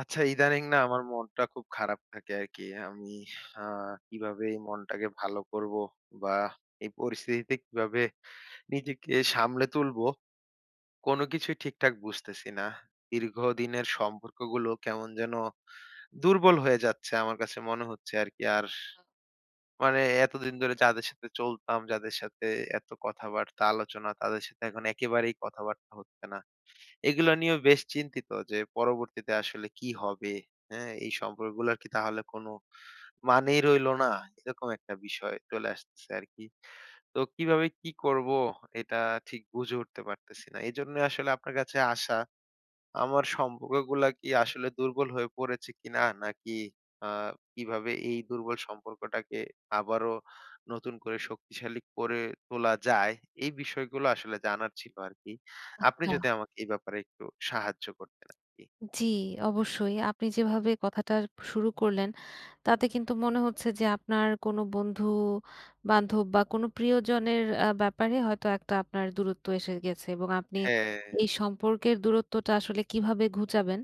আচ্ছা, ইদানিং না আমার মনটা খুব খারাপ থাকে আরকি। আমি আ কিভাবে এই মনটাকে ভালো করবো বা এই পরিস্থিতিতে কিভাবে নিজেকে সামলে তুলবো, কোনো কিছুই ঠিকঠাক বুঝতেছি না। দীর্ঘদিনের সম্পর্কগুলো কেমন যেন দুর্বল হয়ে যাচ্ছে আমার কাছে মনে হচ্ছে আরকি। আর মানে এতদিন ধরে যাদের সাথে চলতাম, যাদের সাথে এত কথাবার্তা, আলোচনা, তাদের সাথে এখন একেবারেই কথাবার্তা হচ্ছে না। এগুলো নিয়েও বেশ চিন্তিত যে পরবর্তীতে আসলে কি হবে? হ্যাঁ? এই সম্পর্কগুলার কি তাহলে কোনো মানেই রইলো না? এরকম একটা বিষয় চলে আসতেছে আরকি। তো কিভাবে কি করব এটা ঠিক বুঝে উঠতে পারতেছি না। এজন্যই আসলে আপনার কাছে আসা। আমার সম্পর্কগুলা কি আসলে দুর্বল হয়ে পড়েছে কিনা? নাকি আ কিভাবে এই দুর্বল সম্পর্কটাকে আবারও নতুন করে শক্তিশালী করে তোলা যায়, এই বিষয়গুলো আসলে জানার ছিল আরকি। আপনি আচ্ছা। যদি আমাকে এই ব্যাপারে একটু সাহায্য করতেন আরকি। জি, অবশ্যই। আপনি যেভাবে কথাটা শুরু করলেন, তাতে কিন্তু মনে হচ্ছে যে আপনার কোনো বন্ধু-বান্ধব বা কোনো প্রিয়জনের ব্যাপারে হয়তো একটা আপনার দূরত্ব এসে গেছে এবং আপনি হ্যাঁ, এই সম্পর্কের দূরত্বটা আসলে কিভাবে ঘুচাবেন,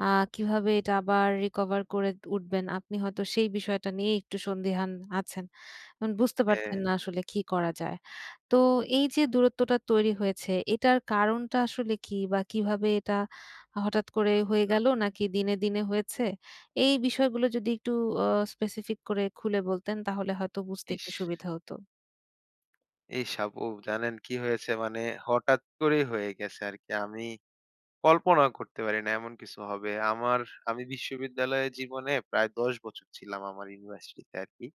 আ কিভাবে এটা আবার রিকভার করে উঠবেন, আপনি হয়তো সেই বিষয়টা নিয়ে একটু সন্দিহান আছেন। এখন বুঝতে হ্যাঁ। পারছেন না আসলে কি করা যায়। তো এই যে দূরত্বটা তৈরি হয়েছে, এটার কারণটা আসলে কি? বা কিভাবে এটা হঠাৎ করে হয়ে গেল নাকি দিনে দিনে হয়েছে? এই বিষয়গুলো যদি একটু আ স্পেসিফিক করে খুলে বলতেন তাহলে হয়তো বুঝতে ইস! একটু সুবিধা হতো। ইস! আপু জানেন কি হয়েছে মানে হঠাৎ করেই হয়ে গেছে আরকি। আমি কল্পনা করতে পারি না এমন কিছু হবে। আমি বিশ্ববিদ্যালয় জীবনে প্রায় ১০ বছর ছিলাম আমার ইউনিভার্সিটিতে আরকি।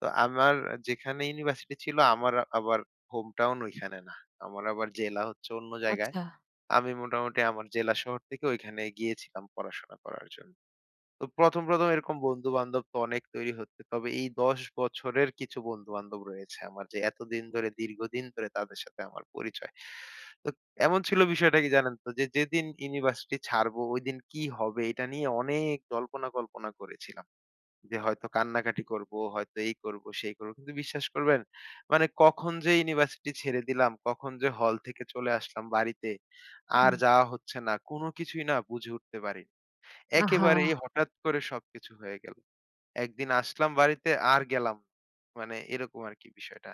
তো আমার যেখানে ইউনিভার্সিটি ছিল আমার আবার হোম টাউন ওইখানে না। আমার আবার জেলা হচ্ছে অন্য জায়গায়। আচ্ছা। আমি মোটামুটি আমার জেলা শহর থেকে ওইখানে গিয়েছিলাম পড়াশোনা করার জন্য। তো ১ম এরকম বন্ধু-বান্ধব তো অনেক তৈরি হচ্ছে। তবে এই ১০ বছরের কিছু বন্ধু-বান্ধব রয়েছে আমার যে এতদিন ধরে দীর্ঘদিন ধরে তাদের সাথে আমার পরিচয়। তো এমন ছিল বিষয়টা কি জানেন তো যে যেদিন ইউনিভার্সিটি ছাড়বো ওইদিন কি হবে এটা নিয়ে অনেক জল্পনা কল্পনা করেছিলাম। যে হয়তো কান্নাকাটি করব, হয়তো এই করব, সেই করব। কিন্তু বিশ্বাস করবেন মানে কখন যে ইউনিভার্সিটি ছেড়ে দিলাম, কখন যে হল থেকে চলে আসলাম বাড়িতে, আর হুম। যাওয়া হচ্ছে না। কোনো কিছুই না বুঝে উঠতে পারি। আহা! একেবারেই হঠাৎ করে সবকিছু হয়ে গেল। একদিন আসলাম বাড়িতে আর গেলাম না। মানে এরকম আরকি বিষয়টা।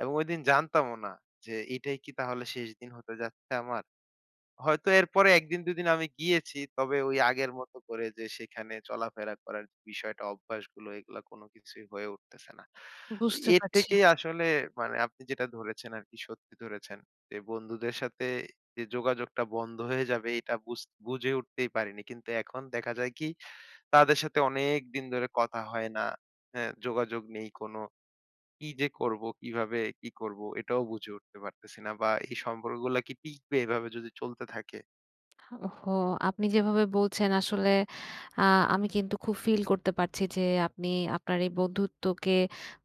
এবং ঐদিন জানতামও না যে এটাই কি তাহলে শেষ দিন হতে যাচ্ছে আমার? হয়তো এরপরে ১ দিন ২ দিন আমি গিয়েছি। তবে ওই আগের মতো করে যে সেখানে চলাফেরা করার যে বিষয়টা, অভ্যাসগুলো এগুলা কোনো কিছুই হয়ে উঠতেছে না। তো বুঝতে এর পারছি। থেকেই আসলে মানে আপনি যেটা ধরেছেন আরকি সত্যি ধরেছেন। যে বন্ধুদের সাথে যে যোগাযোগটা বন্ধ হয়ে যাবে এটা বুঝে উঠতেই পারিনি। কিন্তু এখন দেখা যায় কি তাদের সাথে অনেক দিন ধরে কথা হয় না। হ্যাঁ, যোগাযোগ নেই কোনো। কি যে করব, কিভাবে কি করব এটাও বুঝে উঠতে পারতেছি না। বা এই সম্পর্কগুলা কি টিকবে এভাবে যদি চলতে থাকে? ওহো! আপনি যেভাবে বলছেন আসলে আ আমি কিন্তু খুব ফিল করতে পারছি যে আপনি আপনার এই বন্ধুত্বকে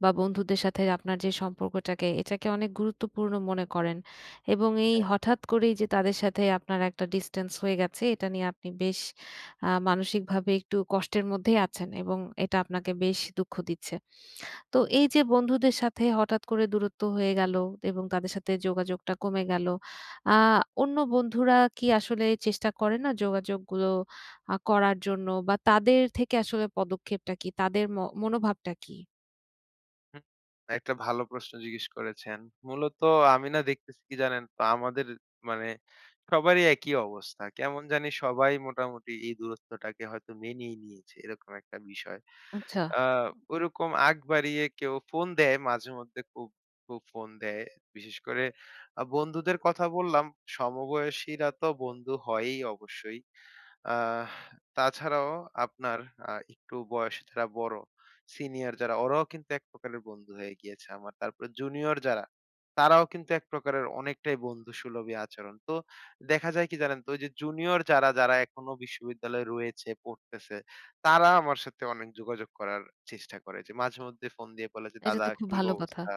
বা বন্ধুদের সাথে আপনার যে সম্পর্কটাকে এটাকে অনেক গুরুত্বপূর্ণ মনে করেন। এবং এই হঠাৎ করেই যে তাদের সাথে আপনার একটা ডিসট্যান্স হয়ে গেছে এটা নিয়ে আপনি বেশ মানসিকভাবে একটু কষ্টের মধ্যেই আছেন এবং এটা আপনাকে বেশ দুঃখ দিচ্ছে। তো এই যে বন্ধুদের সাথে হঠাৎ করে দূরত্ব হয়ে গেল এবং তাদের সাথে যোগাযোগটা কমে গেল। আ অন্য বন্ধুরা কি আসলে চেষ্টা করে না যোগাযোগগুলো করার জন্য? বা তাদের থেকে আসলে পদক্ষেপটা কি? তাদের মনোভাবটা কি? হুম, একটা ভালো প্রশ্ন জিজ্ঞেস করেছেন। মূলত আমি না দেখতেছি কি জানেন তো আমাদের মানে সবারই একই অবস্থা। কেমন জানি সবাই মোটামুটি এই দূরত্বটাকে হয়তো মেনেই নিয়েছে। এরকম একটা বিষয়। আচ্ছা, আ ওরকম আগ বাড়িয়ে কেউ ফোন দেয় মাঝেমধ্যে খুব ফোন দেয়। বিশেষ করে বন্ধুদের কথা বললাম, সমবয়সীরা তো বন্ধু হয়ই অবশ্যই। আহ তাছাড়াও আপনার আ একটু বয়সে যারা বড়, সিনিয়র যারা ওরাও কিন্তু এক প্রকারের বন্ধু হয়ে গিয়েছে আমার। তারপরে জুনিয়র যারা, তারাও কিন্তু এক প্রকারের অনেকটাই বন্ধুসুলভই আচরণ। তো দেখা যায় কি জানেন তো? ওই যে জুনিয়র যারা, যারা এখনো বিশ্ববিদ্যালয়ে রয়েছে, পড়তেছে তারা আমার সাথে অনেক যোগাযোগ করার চেষ্টা করে যে মাঝে মধ্যে ফোন দিয়ে বলে যে, এটা "দাদা তো খুব কি ভালো কথা। অবস্থা?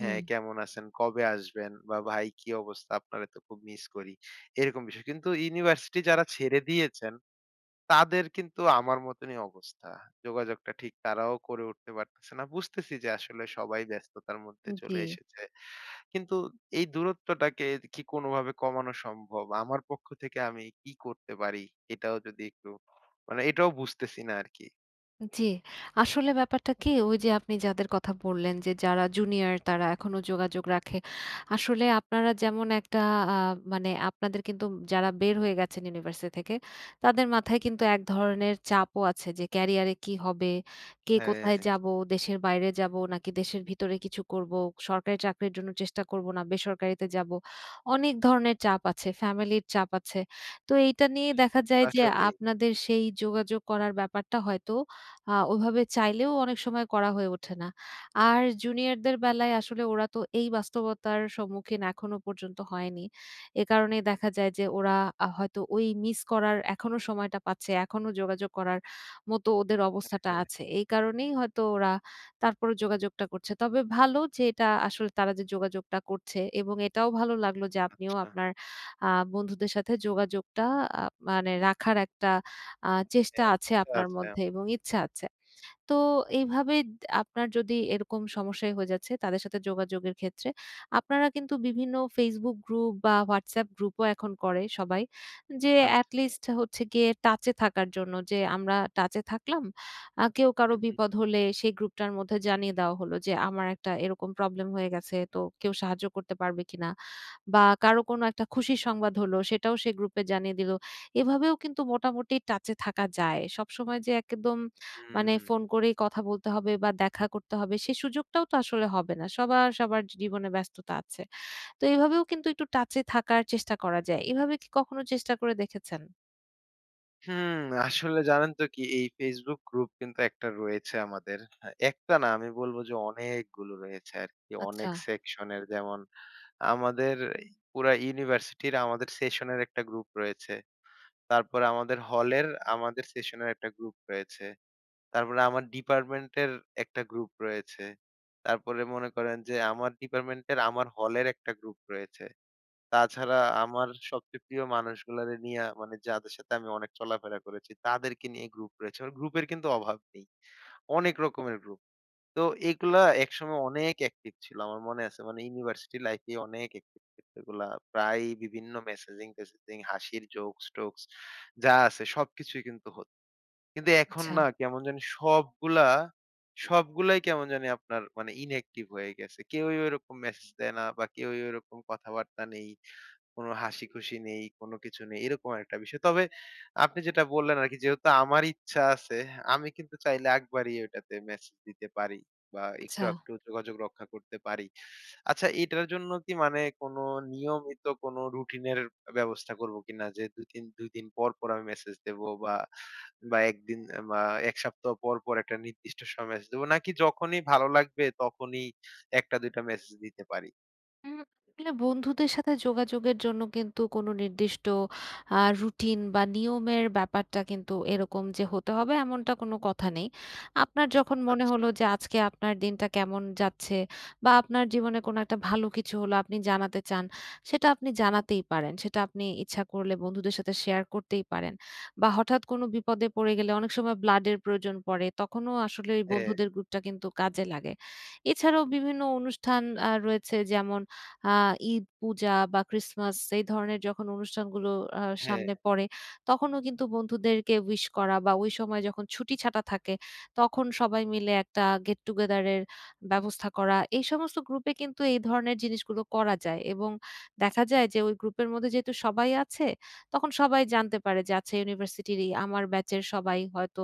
হুম, হ্যাঁ, কেমন আছেন? কবে আসবেন? বা ভাই কি অবস্থা? আপনারে তো খুব মিস করি।" এরকম বিষয়। কিন্তু ইউনিভার্সিটি যারা ছেড়ে দিয়েছেন, তাদের কিন্তু আমার মতনই অবস্থা। যোগাযোগটা ঠিক তারাও করে উঠতে পারতেছে না। বুঝতেছি যে আসলে সবাই ব্যস্ততার মধ্যে জি। চলে এসেছে। কিন্তু এই দূরত্বটাকে কি কোনোভাবে কমানো সম্ভব? আমার পক্ষ থেকে আমি কি করতে পারি? এটাও যদি একটু মানে এটাও বুঝতেছি না আরকি। জি, আসলে ব্যাপারটা কি ওই যে আপনি যাদের কথা বললেন যে যারা জুনিয়র তারা এখনো যোগাযোগ রাখে। আসলে আপনারা যেমন একটা আ মানে আপনাদের কিন্তু যারা বের হয়ে গেছেন ইউনিভার্সিটি থেকে তাদের মাথায় কিন্তু এক ধরনের চাপও আছে যে ক্যারিয়ারে কি হবে? কে হ্যাঁ, কোথায় যাবো? দেশের বাইরে যাবো নাকি দেশের ভিতরে কিছু করবো? সরকারি চাকরির জন্য চেষ্টা করবো না বেসরকারিতে যাবো? অনেক ধরনের চাপ আছে, ফ্যামিলির চাপ আছে। তো এইটা নিয়ে দেখা যায় যে আসলেই। আপনাদের সেই যোগাযোগ করার ব্যাপারটা হয়তো ওভাবে চাইলেও অনেক সময় করা হয়ে ওঠে না। আর জুনিয়রদের বেলায় আসলে ওরা তো এই বাস্তবতার সম্মুখীন এখনো পর্যন্ত হয়নি। এ কারণেই দেখা যায় যে ওরা হয়তো ওই মিস করার এখনো সময়টা পাচ্ছে, এখনো যোগাযোগ করার মতো ওদের অবস্থাটা হ্যাঁ, আছে। এই কারণেই হয়তো ওরা তারপরও যোগাযোগটা করছে। তবে ভালো যে এটা আসলে তারা যে যোগাযোগটা করছে এবং এটাও ভালো লাগলো যে আপনিও আচ্ছা। আপনার আ বন্ধুদের সাথে যোগাযোগটা আ মানে রাখার একটা চেষ্টা হ্যাঁ, আছে ইচ্ছা আপনার আছে আমার। মধ্যে এবং ইচ্ছা আছে। তো এইভাবে আপনার যদি এরকম সমস্যাই হয়ে যাচ্ছে তাদের সাথে যোগাযোগের ক্ষেত্রে, আপনারা কিন্তু বিভিন্ন Facebook গ্রুপ বা WhatsApp গ্রুপও এখন করে সবাই। যে at আচ্ছা। least হচ্ছে গিয়ে টাচে থাকার জন্য যে আমরা টাচে থাকলাম। কেউ কারো হুম, হুম। বিপদ হলে সেই গ্রুপটার মধ্যে জানিয়ে দেওয়া হলো যে আমার একটা এরকম প্রবলেম হয়ে গেছে তো কেউ সাহায্য করতে পারবে কিনা? বা কারো কোনো একটা খুশির সংবাদ হলো সেটাও সেই গ্রুপে জানিয়ে দিল। এভাবেও কিন্তু মোটামুটি টাচে থাকা যায়। সবসময় যে একদম ফোন করেই কথা বলতে হবে বা দেখা করতে হবে সে সুযোগটাও তো আসলে হবে না। সবার জীবনে ব্যস্ততা আছে। তো এভাবেও কিন্তু একটু টাচে থাকার চেষ্টা করা যায়। এভাবে কি কখনো চেষ্টা করে দেখেছেন? হুম, আসলে জানেন তো কি এই Facebook গ্রুপ কিন্তু একটা রয়েছে আমাদের। হ্যাঁ, একটা না আমি বলব যে অনেকগুলো রয়েছে আরকি। আচ্ছা, অনেক সেকশনের যেমন আমাদের পুরা ইউনিভার্সিটির আমাদের সেশনের একটা গ্রুপ রয়েছে। তারপরে আমাদের হলের আমাদের সেশনের একটা গ্রুপ রয়েছে। তারপরে আমার ডিপার্টমেন্টের একটা গ্রুপ রয়েছে। তারপরে মনে করেন যে আমার ডিপার্টমেন্টের আমার হলের একটা গ্রুপ রয়েছে। তাছাড়া আমার সবচেয়ে প্রিয় মানুষগুলারে নিয়া মানে যাদের সাথে আমি অনেক চলাফেরা করেছি, তাদেরকে নিয়ে গ্রুপ রয়েছে। আমার গ্রুপের কিন্তু অভাব নেই। অনেক রকমের গ্রুপ। তো এগুলা একসময় অনেক অ্যাক্টিভ ছিল। আমার মনে আছে মানে ইউনিভার্সিটি লাইফে অনেক অ্যাক্টিভ ছিল এগুলা। প্রায় বিভিন্ন মেসেজিং-টেসেজিং হাসির জোকস-টোকস যা আছে সবকিছুই কিন্তু হত। কিন্তু এখন আচ্ছা, না কেমন জানি সবগুলাই কেমন জানি আপনার মানে inactive হয়ে গেছে। কেউই ওইরকম মেসেজ দেয় না বা কেউই ওইরকম কথাবার্তা নেই। কোনো হাসি-খুশি নেই, কোনো কিছু নেই। এরকম একটা বিষয়। তবে আপনি যেটা বললেন আরকি যেহেতু আমার ইচ্ছা আছে, আমি কিন্তু চাইলে আগ বাড়িয়ে ওটাতে মেসেজ দিতে পারি বা একটু আচ্ছা। আকটু যোগাযোগ রক্ষা করতে পারি। আচ্ছা এটার জন্য কি মানে কোনো নিয়মিত কোনো রুটিনের ব্যবস্থা করব কিনা? যে ২-৩ ২ দিন পর পর আমি মেসেজ দেবো বা ১ দিন বা ১ সপ্তাহ পর পর একটা নির্দিষ্ট সময় মেসেজ দেবো নাকি যখনই ভালো লাগবে তখনই ১ টা ২ টা মেসেজ দিতে পারি? উম আসলে বন্ধুদের সাথে যোগাযোগের জন্য কিন্তু কোনো নির্দিষ্ট রুটিন বা নিয়মের ব্যাপারটা কিন্তু এরকম যে হতে হবে এমনটা কোনো কথা নেই। আপনার যখন মনে আচ্ছা। হলো যে আজকে আপনার দিনটা কেমন যাচ্ছে বা আপনার জীবনে কোনো একটা ভালো কিছু হলো আপনি জানাতে চান, সেটা আপনি জানাতেই পারেন। সেটা আপনি ইচ্ছা করলে বন্ধুদের সাথে শেয়ার করতেই পারেন। বা হঠাৎ কোনো বিপদে পড়ে গেলে অনেক সময় ব্লাডের প্রয়োজন পড়ে, তখনও আসলে ওই হ্যাঁ, বন্ধুদের গ্রুপটা কিন্তু কাজে লাগে। এছাড়াও বিভিন্ন অনুষ্ঠান রয়েছে যেমন আ ঈদ, পূজা বা ক্রিসমাস এই ধরনের যখন অনুষ্ঠানগুলো হ্যাঁ, সামনে পড়ে, তখনও কিন্তু বন্ধুদেরকে উইশ করা বা ওই সময় যখন ছুটি ছাটা থাকে, তখন সবাই মিলে একটা গেট টুগেদার এর ব্যবস্থা করা। এই সমস্ত গ্রুপে কিন্তু এই ধরনের জিনিসগুলো করা যায় এবং দেখা যায় যে ওই গ্রুপের মধ্যে যেহেতু সবাই আছে, তখন সবাই জানতে পারে যে আচ্ছা ইউনিভার্সিটিরই আমার ব্যাচের সবাই হয়তো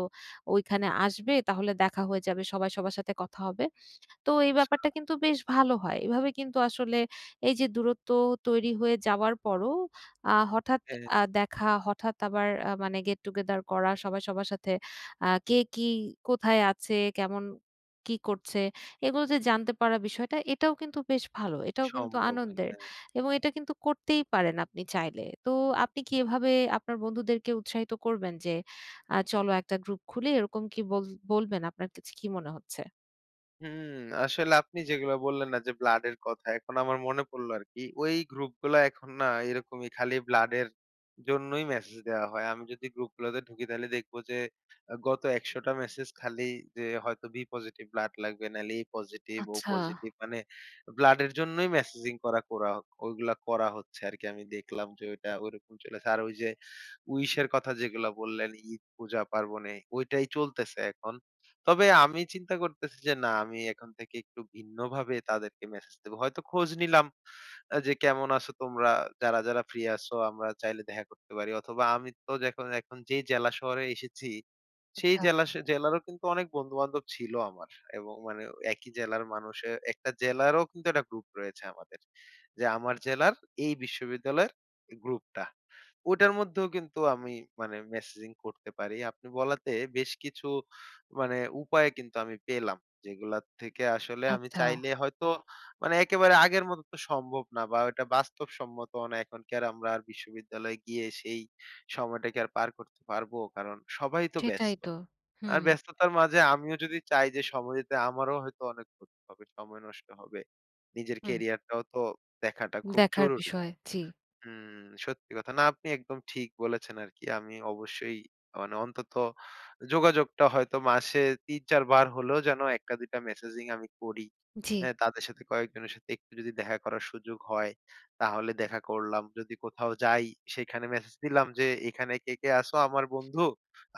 ওইখানে আসবে, তাহলে দেখা হয়ে যাবে। সবাই সবার সাথে কথা হবে। তো এই আচ্ছা, ব্যাপারটা কিন্তু বেশ ভালো হয়। এভাবে কিন্তু আসলে এই যে দূরত্ব তৈরি হয়ে যাওয়ার পরও আ হঠাৎ হ্যাঁ। আ দেখা, হঠাৎ আবার মানে গেট টুগেদার করা সবাই সবার সাথে কে কি কোথায় আছে, কেমন কি করছে, এগুলো যে জানতে পারা বিষয়টা এটাও কিন্তু বেশ ভালো। এটাও কিন্তু সম্ভব, আনন্দের হ্যাঁ। এবং এটা কিন্তু করতেই পারেন আপনি চাইলে। তো আপনি কি এভাবে আপনার বন্ধুদেরকে উৎসাহিত করবেন যে চলো একটা গ্রুপ খুলি এরকম কি বলবেন? আপনার কাছে কি মনে হচ্ছে? হুম, আসলে আপনি যেগুলা বললেন না যে ব্লাড এর কথা, এখন আমার মনে পড়লো আরকি। ওই গ্রুপগুলা এখন না এরকমই খালি ব্লাড এর জন্যই মেসেজ দেওয়া হয়। আমি যদি গ্রুপগুলাতে ঢুকি তাহলে দেখবো যে গত ১০০ টা মেসেজ খালি যে হয়তো বি পজিটিভ ব্লাড লাগবে, নাহলে এ পজিটিভ, ও আচ্ছা। পজিটিভ মানে ব্লাড এর জন্যই মেসেজিং করা করা ওইগুলা করা হচ্ছে আরকি। আমি দেখলাম যে ওইটা ওইরকম চলেছে। আর ওই যে উইশ এর কথা যেগুলা বললেন ঈদ, পূজা পার্বণে ওইটাই চলতেছে এখন। তবে আমি চিন্তা করতেছি যে না আমি এখন থেকে একটু ভিন্নভাবে তাদেরকে মেসেজ দেব। হয়তো খোঁজ নিলাম যে কেমন আছো তোমরা? যারা ফ্রি আছো আমরা চাইলে দেখা করতে পারি। অথবা আমি তো যখন এখন যেই জেলা শহরে এসেছি সেই আচ্ছা, জেলারও কিন্তু অনেক বন্ধু-বান্ধব ছিল আমার। এবং মানে একই জেলার মানুষের একটা জেলারও কিন্তু একটা গ্রুপ রয়েছে আমাদের। যে আমার জেলার এই বিশ্ববিদ্যালয়ের গ্রুপটা। ওটার মধ্যেও কিন্তু আমি মানে মেসেজিং করতে পারি। আপনি বলাতে বেশ কিছু মানে উপায় কিন্তু আমি পেলাম। যেগুলা থেকে আসলে আমি আচ্ছা। চাইলে হয়তো মানে একেবারে আগের মতো তো সম্ভব না বা ওটা বাস্তবসম্মত না। এখন কি আর আমরা আর বিশ্ববিদ্যালয়ে গিয়ে সেই সময়টাকে আর পার করতে পারবো? কারণ সবাই তো সেটাই ব্যস্ত। তো। আর হুম, ব্যস্ততার মাঝে আমিও যদি চাই যে সময় দিতে আমারও হয়তো অনেক ক্ষতি হবে, সময় নষ্ট হবে। নিজের হুম। ক্যারিয়ারটাও তো দেখাটা খুব দেখার জরুরি। বিষয়। জি, হুম, সত্যি কথা। না আপনি একদম ঠিক বলেছেন আরকি। আমি অবশ্যই মানে অন্তত যোগাযোগটা হয়তো মাসে ৩-৪ বার হলেও যেন ১ টা ২ টা মেসেজিং আমি করি। জি। হ্যাঁ, তাদের সাথে কয়েকজনের সাথে একটু যদি দেখা করার সুযোগ হয়, তাহলে দেখা করলাম। যদি কোথাও যাই সেখানে মেসেজ দিলাম যে, "এখানে কে কে আছো আমার বন্ধু?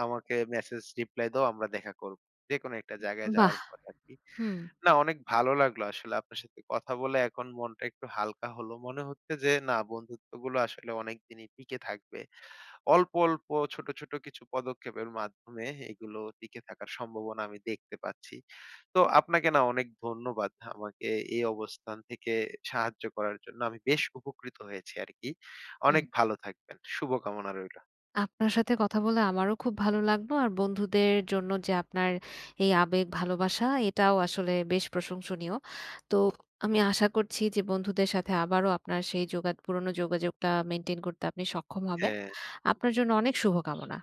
আমাকে মেসেজ রিপ্লাই দাও আমরা দেখা করব।" যেকোনো একটা জায়গায় বাহ! যাওয়ার পরে আরকি। হুম, না, অনেক ভালো লাগলো আসলে আপনার সাথে কথা বলে। এখন মনটা একটু হালকা হলো। মনে হচ্ছে যে না বন্ধুত্বগুলো আসলে অনেকদিনই টিকে থাকবে। অল্প অল্প ছোট ছোট কিছু পদক্ষেপের মাধ্যমে এগুলো টিকে থাকার সম্ভাবনা আমি দেখতে পাচ্ছি। তো আপনাকে না অনেক ধন্যবাদ আমাকে এই অবস্থান থেকে সাহায্য করার জন্য। আমি বেশ উপকৃত হয়েছি আরকি। হুম। অনেক ভালো থাকবেন। শুভকামনা রইলো। আপনার সাথে কথা বলে আমারও খুব ভালো লাগলো। আর বন্ধুদের জন্য যে আপনার এই আবেগ, ভালোবাসা এটাও আসলে বেশ প্রশংসনীয়। তো আমি আশা করছি যে বন্ধুদের সাথে আবারও আপনার সেই পুরনো যোগাযোগটা মেইনটেইন করতে আপনি সক্ষম হবেন। হ্যাঁ। আপনার জন্য অনেক শুভকামনা।